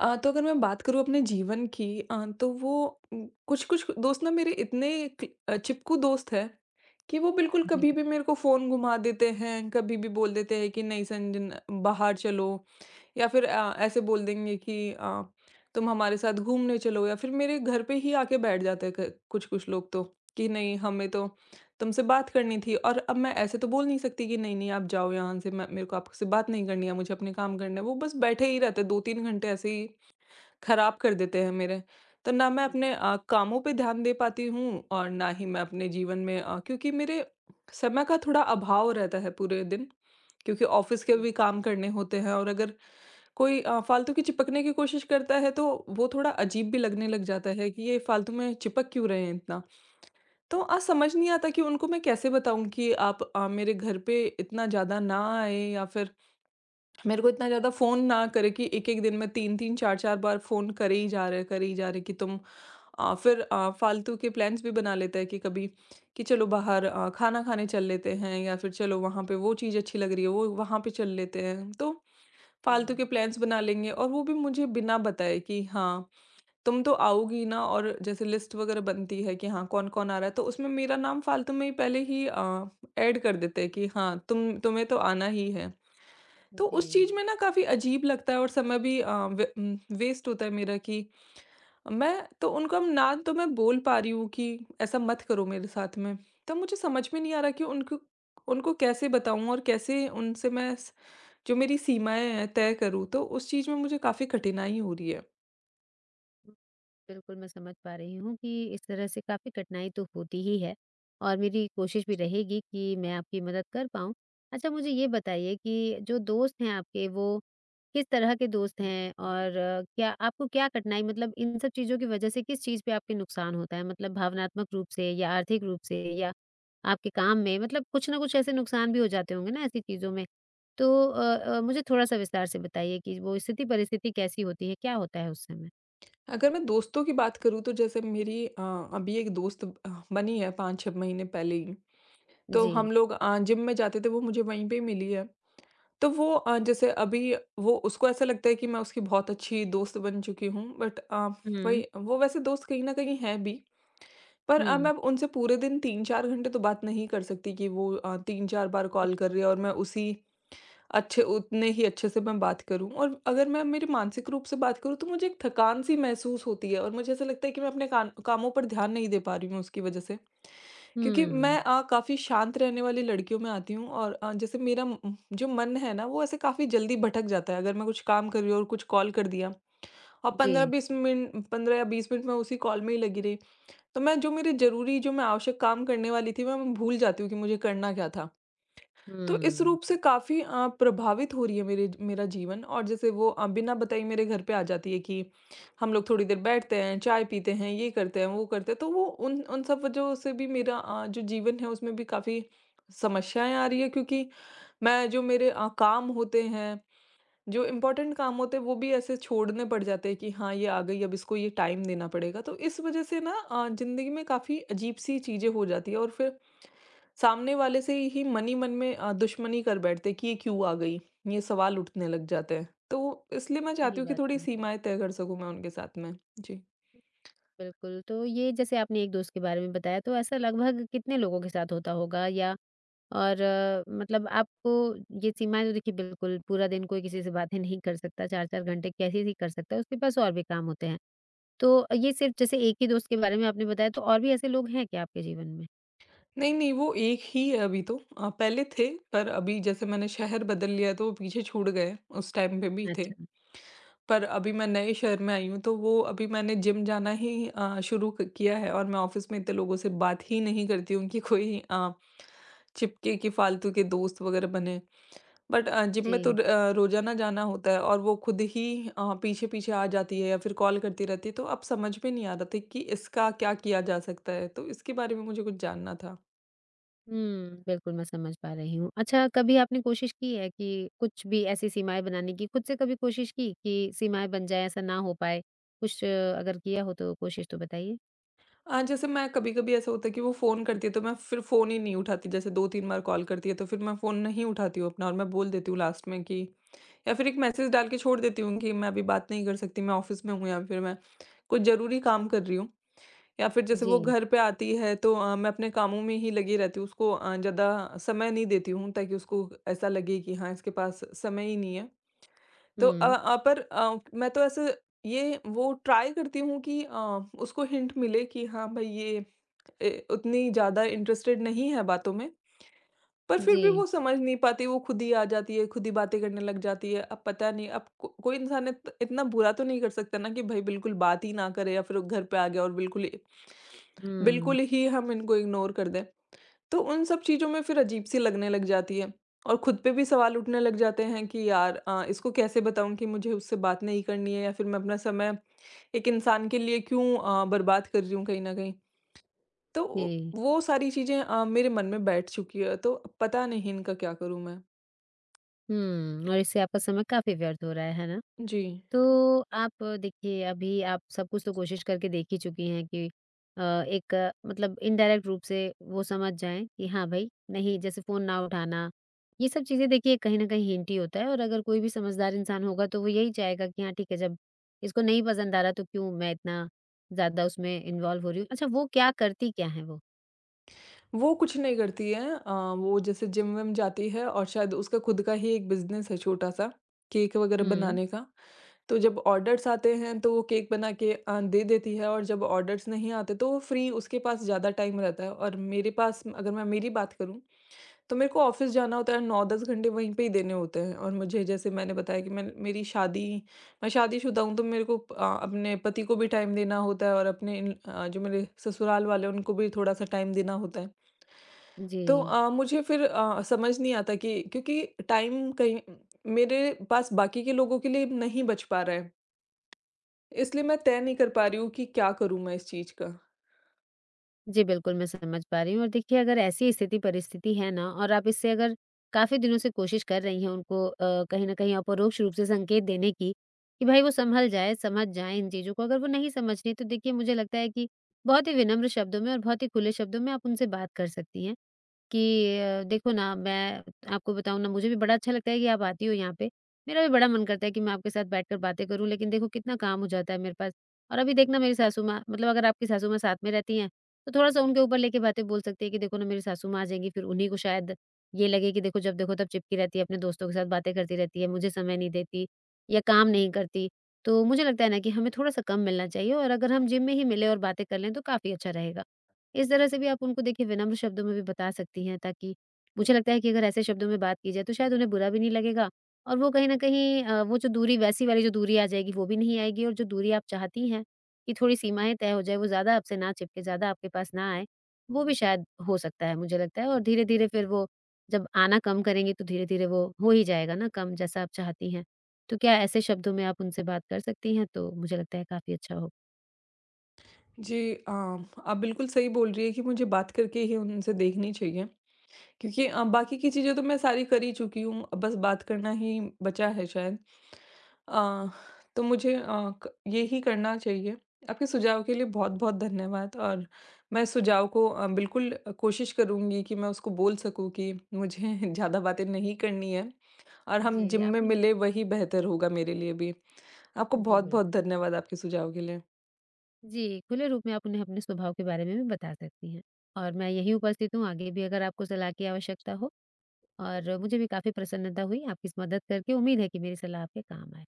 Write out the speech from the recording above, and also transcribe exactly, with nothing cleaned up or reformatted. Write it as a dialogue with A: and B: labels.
A: अ, तो अगर मैं बात करूँ अपने जीवन की अ, तो वो कुछ-कुछ दोस्त ना मेरे इतने क अ, चिपकू दोस्त हैं कि वो बिल्कुल
B: जी,
A: कभी भी मेरे को फ़ोन घुमा देते हैं, कभी भी बोल देते हैं कि नहीं संजन बाहर चलो। या फिर अ, ऐसे बोल देंगे कि अ, तुम हमारे साथ घूमने चलो या फिर मेरे घर पे ही आके बैठ जाते हैं। क कुछ-कुछ लोग तो कि नहीं हमें तो तुमसे बात करनी थी, और अब मैं ऐसे तो बोल नहीं सकती कि नहीं-नहीं आप जाओ यहाँ से, मैं मेरे को आपसे बात नहीं करनी है, मुझे अपने काम करने हैं। वो बस बैठे ही रहते हैं दो तीन घंटे, ऐसे ही खराब कर देते हैं मेरे। तो ना मैं
B: समझ
A: अपने अ, कामों पे ध्यान दे पाती हूँ और ना ही मैं अपने जीवन में अ, क्योंकि मेरे समय का थोड़ा अभाव रहता है पूरे दिन, क्योंकि ऑफ़िस के
B: गई।
A: भी काम करने होते हैं और अगर कोई अ, फ़ालतू की चिपकने की कोशिश करता है तो वो थोड़ा अजीब भी लगने लग जाता है कि ये फ़ालतू में चिपक क्यों रहे हैं इतना। तो अ, समझ नहीं आता कि उनको मैं कैसे बताऊँ कि आप अ, मेरे घर पे इतना ज़्यादा ना आएँ या फिर मेरे को इतना ज़्यादा फ़ोन ना करे कि एक-एक दिन में तीन तीन चार चार बार फ़ोन करे ही जा रहे हैं, करे ही जा रहे हैं कि तुम अ, फिर अ, फ़ालतू के प्लान्स भी बना लेते हैं कि कभी कि चलो बाहर अ, खाना खाने चल लेते हैं या फिर चलो वहाँ पे वो चीज़ अच्छी लग रही है, वो वहाँ पे चल लेते हैं। तो फ़ालतू
B: जी,
A: के प्लान्स बना लेंगे और वो भी मुझे बिना बताए कि हाँ, तुम तो आओगी ना, और जैसे लिस्ट वग़ैरह बनती है कि हाँ, कौन-कौन आ रहा है, तो उसमें मेरा नाम फ़ालतू में ही पहले ही अ, ऐड कर देते हैं कि हाँ, तुम तुम्हें तो आना ही है। तो उस
B: जी।
A: चीज़ में ना काफ़ी अजीब लगता है और समय भी अ, वे उम, वेस्ट होता है मेरा कि मैं तो उनको अब ना तो मैं बोल पा रही हूँ कि ऐसा मत करो मेरे साथ में। तो मुझे समझ में नहीं आ रहा कि उनको उनको कैसे बताऊँ और कैसे उनसे मैं स जो मेरी सीमाएँ हैं तय करूँ, तो उस चीज़ में मुझे काफ़ी कठिनाई हो रही है।
B: बिल्कुल, मैं समझ पा रही हूँ कि इस तरह से काफ़ी कठिनाई तो होती ही है, और मेरी कोशिश भी रहेगी कि मैं आपकी मदद कर पाऊँ। अच्छा, मुझे ये बताइए कि जो दोस्त हैं आपके, वो किस तरह के दोस्त हैं? और अ, क्या आपको, क्या कठिनाई, मतलब इन सब चीज़ों की वज़ह से किस चीज़ पे आपके नुकसान होता है? मतलब भावनात्मक रूप से या आर्थिक रूप से या आपके काम में, मतलब कुछ ना कुछ ऐसे नुकसान भी हो जाते होंगे ना ऐसी चीज़ों में। तो अ अ, मुझे थोड़ा-सा विस्तार से बताइए कि वो स्थिति परिस्थिति कैसी होती है? क्या होता है उस समय?
A: अगर मैं दोस्तों की बात करूँ तो जैसे मेरी अ, अभी एक दोस्त अ, बनी है पाँच छह महीने पहले ही। तो
B: जी।
A: हम लोग अ, जिम में जाते थे, वो मुझे वहीं पे मिली है। तो वो अ, जैसे अभी वो उसको ऐसा लगता है कि मैं उसकी बहुत अच्छी दोस्त बन चुकी हूँ, बट अ,
B: हुँ।
A: वही वो वैसे दोस्त कहीं न कहीं है भी। पर अ, मैं
B: हुँ।
A: अब उनसे पूरे दिन तीन चार घंटे तो बात नहीं कर सकती कि वो अ, तीन चार बार कॉल कर रही है और मैं उसी अच्छे उतने ही अच्छे से मैं बात करूँ। और अगर मैं मेरे मानसिक रूप से बात करूँ तो मुझे एक थकान-सी महसूस होती है और मुझे ऐसा लगता है कि मैं अपने कान कामों पर ध्यान नहीं दे पा रही हूँ उसकी वजह से। क्योंकि
B: हुँ।
A: मैं अ, काफ़ी शांत रहने वाली लड़कियों में आती हूँ और अ, जैसे मेरा म- जो मन है ना वो ऐसे काफ़ी जल्दी भटक जाता है अगर मैं कुछ काम कर रही हूँ और कुछ कॉल कर दिया और
B: जी।
A: पंद्रह बीस मिनट पंद्रह या बीस मिनट में उसी कॉल में ही लगी रही तो मैं जो मेरे ज़रूरी जो मैं आवश्यक काम करने वाली थी मैं मैं भूल जाती हूँ कि मुझे करना क्या था। तो इस
B: हुँ।
A: रूप से काफ़ी अ, प्रभावित हो रही है मेरे मेरा जीवन, और जैसे वो अ, बिना बताई मेरे घर पे आ जाती है कि हम लोग थोड़ी देर बैठते हैं, चाय पीते हैं, ये करते हैं, वो करते हैं। तो वो उन उन सब वजहों से भी मेरा अ, जो जीवन है उसमें भी काफ़ी समस्याएँ आ रही है, क्योंकि मैं जो मेरे अ, काम होते हैं, जो इम्पोर्टेंट काम होते हैं, वो भी ऐसे छोड़ने पड़ जाते हैं कि हाँ, ये आ गई, अब इसको ये टाइम देना पड़ेगा। तो इस वजह से ना अ, ज़िंदगी में काफ़ी अजीब-सी चीज़ें हो जाती है और फिर सामने वाले से ही मन ही मन में अ, दुश्मनी कर बैठते कि ये क्यों आ गई? ये सवाल उठने लग जाते हैं। तो इसलिए मैं चाहती
B: सही
A: हूँ कि
B: बात
A: थोड़ी
B: है।
A: सीमाएँ तय कर सकूँ मैं उनके साथ में। जी।
B: बिल्कुल, तो ये जैसे आपने एक दोस्त के बारे में बताया, तो ऐसा लगभग कितने लोगों के साथ होता होगा? या और अ, मतलब आपको, ये सीमाएँ तो देखिए, बिल्कुल पूरा दिन कोई किसी से बातें नहीं कर सकता, चार चार घंटे कैसे ही कर सकता है, उसके पास और भी काम होते हैं। तो ये सिर्फ़ जैसे एक ही दोस्त के बारे में आपने बताया, तो और भी ऐसे लोग हैं क्या आपके जीवन में?
A: नहीं, नहीं वो एक ही है अभी, तो अ, पहले थे पर अभी जैसे मैंने शहर बदल लिया तो वो पीछे छूट गए हैं, उस टाइम पे भी थे।
B: अच्छा।
A: पर अभी मैं नए शहर में आई हूँ तो वो अभी मैंने जिम जाना ही अ, शुरू क किया है, और मैं ऑफ़िस में इतने लोगों से बात ही नहीं करती हूँ कि कोई अ, चिपके कि फालतू के दोस्त वगैरह बने। बट अ, जिम
B: जी।
A: में तो र अ, रोज़ाना जाना होता है और वो खुद ही अ, पीछे-पीछे आ जाती है या फिर कॉल करती रहती है, तो अब समझ में नहीं आ रहा था कि इसका क्या किया जा सकता है, तो इसके बारे में मुझे कुछ जानना था।
B: हुँ, बिल्कुल मैं समझ पा रही हूँ। अच्छा, कभी आपने कोशिश की है कि कुछ भी ऐसी सीमाएँ बनाने की? खुद से कभी कोशिश की कि सीमाएँ बन जाएँ, ऐसा ना हो पाए? कुछ अ, अगर किया हो तो कोशिश तो बताइए?
A: अ, जैसे मैं कभी-कभी ऐसा होता है कि वो फ़ोन करती है, तो मैं फिर फ़ोन ही नहीं उठाती, जैसे दो तीन बार कॉल करती है, तो फिर मैं फ़ोन नहीं उठाती हूँ अपना और मैं बोल देती हूँ लास्ट में कि या फिर एक मैसेज डाल के छोड़ देती हूँ कि मैं अभी बात नहीं कर सकती, मैं ऑफ़िस में हूँ या फिर मैं कुछ ज़रूरी काम कर रही हूँ। या फिर जैसे
B: जी।
A: वो घर पे आती है तो अ, मैं अपने कामों में ही लगी रहती हूँ। उसको अ, ज़्यादा समय नहीं देती हूँ ताकि उसको ऐसा लगे कि हाँ, इसके पास समय ही नहीं है। तो अ
B: हुँ।
A: अ, पर अ, मैं तो ऐसे ये वो ट्राई करती हूँ कि अ, उसको हिंट मिले कि हाँ, भई ये ए, उतनी ज़्यादा इंटरेस्टेड नहीं है बातों में। पर फिर भी
B: जी।
A: वो समझ नहीं पाती, वो खुद ही आ जाती है, खुद ही बातें करने लग जाती है। अब पता नहीं अब को कोई इंसान इत इतना बुरा तो नहीं कर सकता ना कि भई बिल्कुल बात ही ना करे या फिर वो घर पे आ गया और बिल्कुल ही
B: हुँ।
A: बिल्कुल ही हम इनको इग्नोर कर दें। तो उन सब चीज़ों में फिर अजीब-सी लगने लग जाती है और खुद पे भी सवाल उठने लग जाते हैं कि यार अ, इसको कैसे बताऊँ कि मुझे उससे बात नहीं करनी है, या फिर मैं अपना समय एक इंसान के लिए क्यों अ, बर्बाद कर रही हूँ कहीं न कहीं। तो
B: जी।
A: वो सारी चीज़ें अ, मेरे मन में बैठ चुकी है तो पता नहीं इनका क्या करूँ मैं।
B: हुँ, और इससे आपका समय काफ़ी व्यर्थ हो रहा है, है ना?
A: जी।
B: तो आप अ, देखिए, अभी आप सब कुछ तो कोशिश करके देख ही चुकी हैं कि अ, एक अ, मतलब इनडायरेक्ट रूप से वो समझ जाएं कि हाँ भाई नहीं, जैसे फोन ना उठाना, ये सब चीजें देखिए कहीं ना कहीं हिंट ही होता है। और अगर कोई भी समझदार इंसान होगा तो वो यही चाहेगा कि हाँ ठीक है, जब इसको नहीं पसंद आ रहा तो क्यों मैं इतना ज्यादा उसमें इन्वॉल्व हो रही हूँ। अच्छा, वो क्या करती क्या है वो?
A: वो कुछ नहीं करती है अ, वो जैसे जिम-विम जाती है और शायद उसका खुद का ही एक बिज़नेस है छोटा-सा, केक वग़ैरह
B: हम्म।
A: बनाने का। तो जब ऑर्डर्स आते हैं तो वो केक बना के अ, दे देती है, और जब ऑर्डर्स नहीं आते तो वो फ्री, उसके पास ज़्यादा टाइम रहता है। और मेरे पास, अगर मैं मेरी बात करूँ, तो मेरे को ऑफ़िस जाना होता है, नौ दस घंटे वहीं पे ही देने होते हैं, और मुझे जैसे मैंने बताया कि मैं मेरी शादी मैं शादीशुदा हूँ तो मेरे को अ, अपने पति को भी टाइम देना होता है और अपने इन अ, जो मेरे ससुराल वाले हैं उनको भी थोड़ा-सा टाइम देना होता है।
B: जी।
A: तो अ, मुझे फिर अ, समझ नहीं आता कि क्योंकि टाइम कहीं मेरे पास बाकी के लोगों के लिए नहीं बच पा रहा है। इसलिए मैं तय नहीं कर पा रही हूँ कि क्या करूँ मैं इस चीज़ का।
B: जी, बिल्कुल, मैं समझ पा रही हूँ। और देखिए, अगर ऐसी स्थिति परिस्थिति है ना, और आप इससे अगर काफ़ी दिनों से कोशिश कर रही हैं उनको अ, कहीं न कहीं अपरोक्ष रूप से संकेत देने की, कि भाई वो सँभल जाए, समझ जाएँ इन चीज़ों को। अगर वो नहीं समझ रहीं, तो देखिए मुझे लगता है कि बहुत ही विनम्र शब्दों में और बहुत ही खुले शब्दों में आप उनसे बात कर सकती हैं। कि अ, देखो ना, मैं आपको बताऊँ ना, मुझे भी बड़ा अच्छा लगता है कि आप आती हो यहाँ पे। मेरा भी बड़ा मन करता है कि मैं आपके साथ बैठकर बातें करूँ, लेकिन देखो कितना काम हो जाता है मेरे पास। और अभी देखना मेरी सासू माँ, मतलब अगर आपकी सासू माँ साथ में रहती हैं, तो थोड़ा-सा उनके ऊपर लेके बातें बोल सकती है कि देखो ना, मेरी सासू माँ आ जाएँगी, फिर उन्हीं को शायद ये लगे कि देखो, जब देखो तब चिपकी रहती है अपने दोस्तों के साथ, बातें करती रहती है, मुझे समय नहीं देती या काम नहीं करती। तो मुझे लगता है ना कि हमें थोड़ा-सा कम मिलना चाहिए, और अगर हम जिम में ही मिलें और बातें कर लें तो काफ़ी अच्छा रहेगा। इस तरह से भी आप उनको देखिए विनम्र शब्दों में भी बता सकती हैं, ताकि मुझे लगता है कि अगर ऐसे शब्दों में बात की जाए तो शायद उन्हें बुरा भी नहीं लगेगा, और वो कहीं न कहीं अ, वो जो दूरी, वैसी वाली जो दूरी आ जाएगी, वो भी नहीं आएगी। और जो दूरी आप चाहती हैं कि थोड़ी सीमाएँ तय हो जाए, वो ज़्यादा आपसे ना चिपके, ज़्यादा आपके पास ना आए, वो भी शायद हो सकता है मुझे लगता है। और धीरे-धीरे फिर वो जब आना कम करेंगी, तो धीरे-धीरे वो हो ही जाएगा ना कम, जैसा आप चाहती हैं। तो क्या ऐसे शब्दों में आप उनसे बात कर सकती हैं? तो मुझे लगता है काफ़ी अच्छा हो।
A: जी, अ, आप बिल्कुल सही बोल रही हैं कि मुझे बात करके ही उनसे देखनी चाहिए। क्योंकि अ, बाकी की चीज़ें तो मैं सारी कर ही चुकी हूँ, अब बस बात करना ही बचा है शायद। अ, तो मुझे अ, क यही करना चाहिए। आपके सुझाव के लिए बहुत-बहुत धन्यवाद, और मैं इस सुझाव को अ, बिल्कुल अ, कोशिश करूँगी कि मैं उसको बोल सकूँ कि मुझे ज़्यादा बातें नहीं करनी है और हम
B: जी,
A: जिम में
B: आप उन।
A: मिले, वही बेहतर होगा मेरे लिए भी। आपको
B: जी,
A: बहुत-बहुत
B: बिल्कुल।
A: धन्यवाद आपके सुझाव के लिए।
B: जी, खुले रूप में आप उन्हें अपने स्वभाव के बारे में भी बता सकती हैं, और मैं यहीं उपस्थित हूँ आगे भी अगर आपको सलाह की आवश्यकता हो। और मुझे भी काफ़ी प्रसन्नता हुई आपकी इस मदद करके, उम्मीद है कि मेरी सलाह आपके काम आए।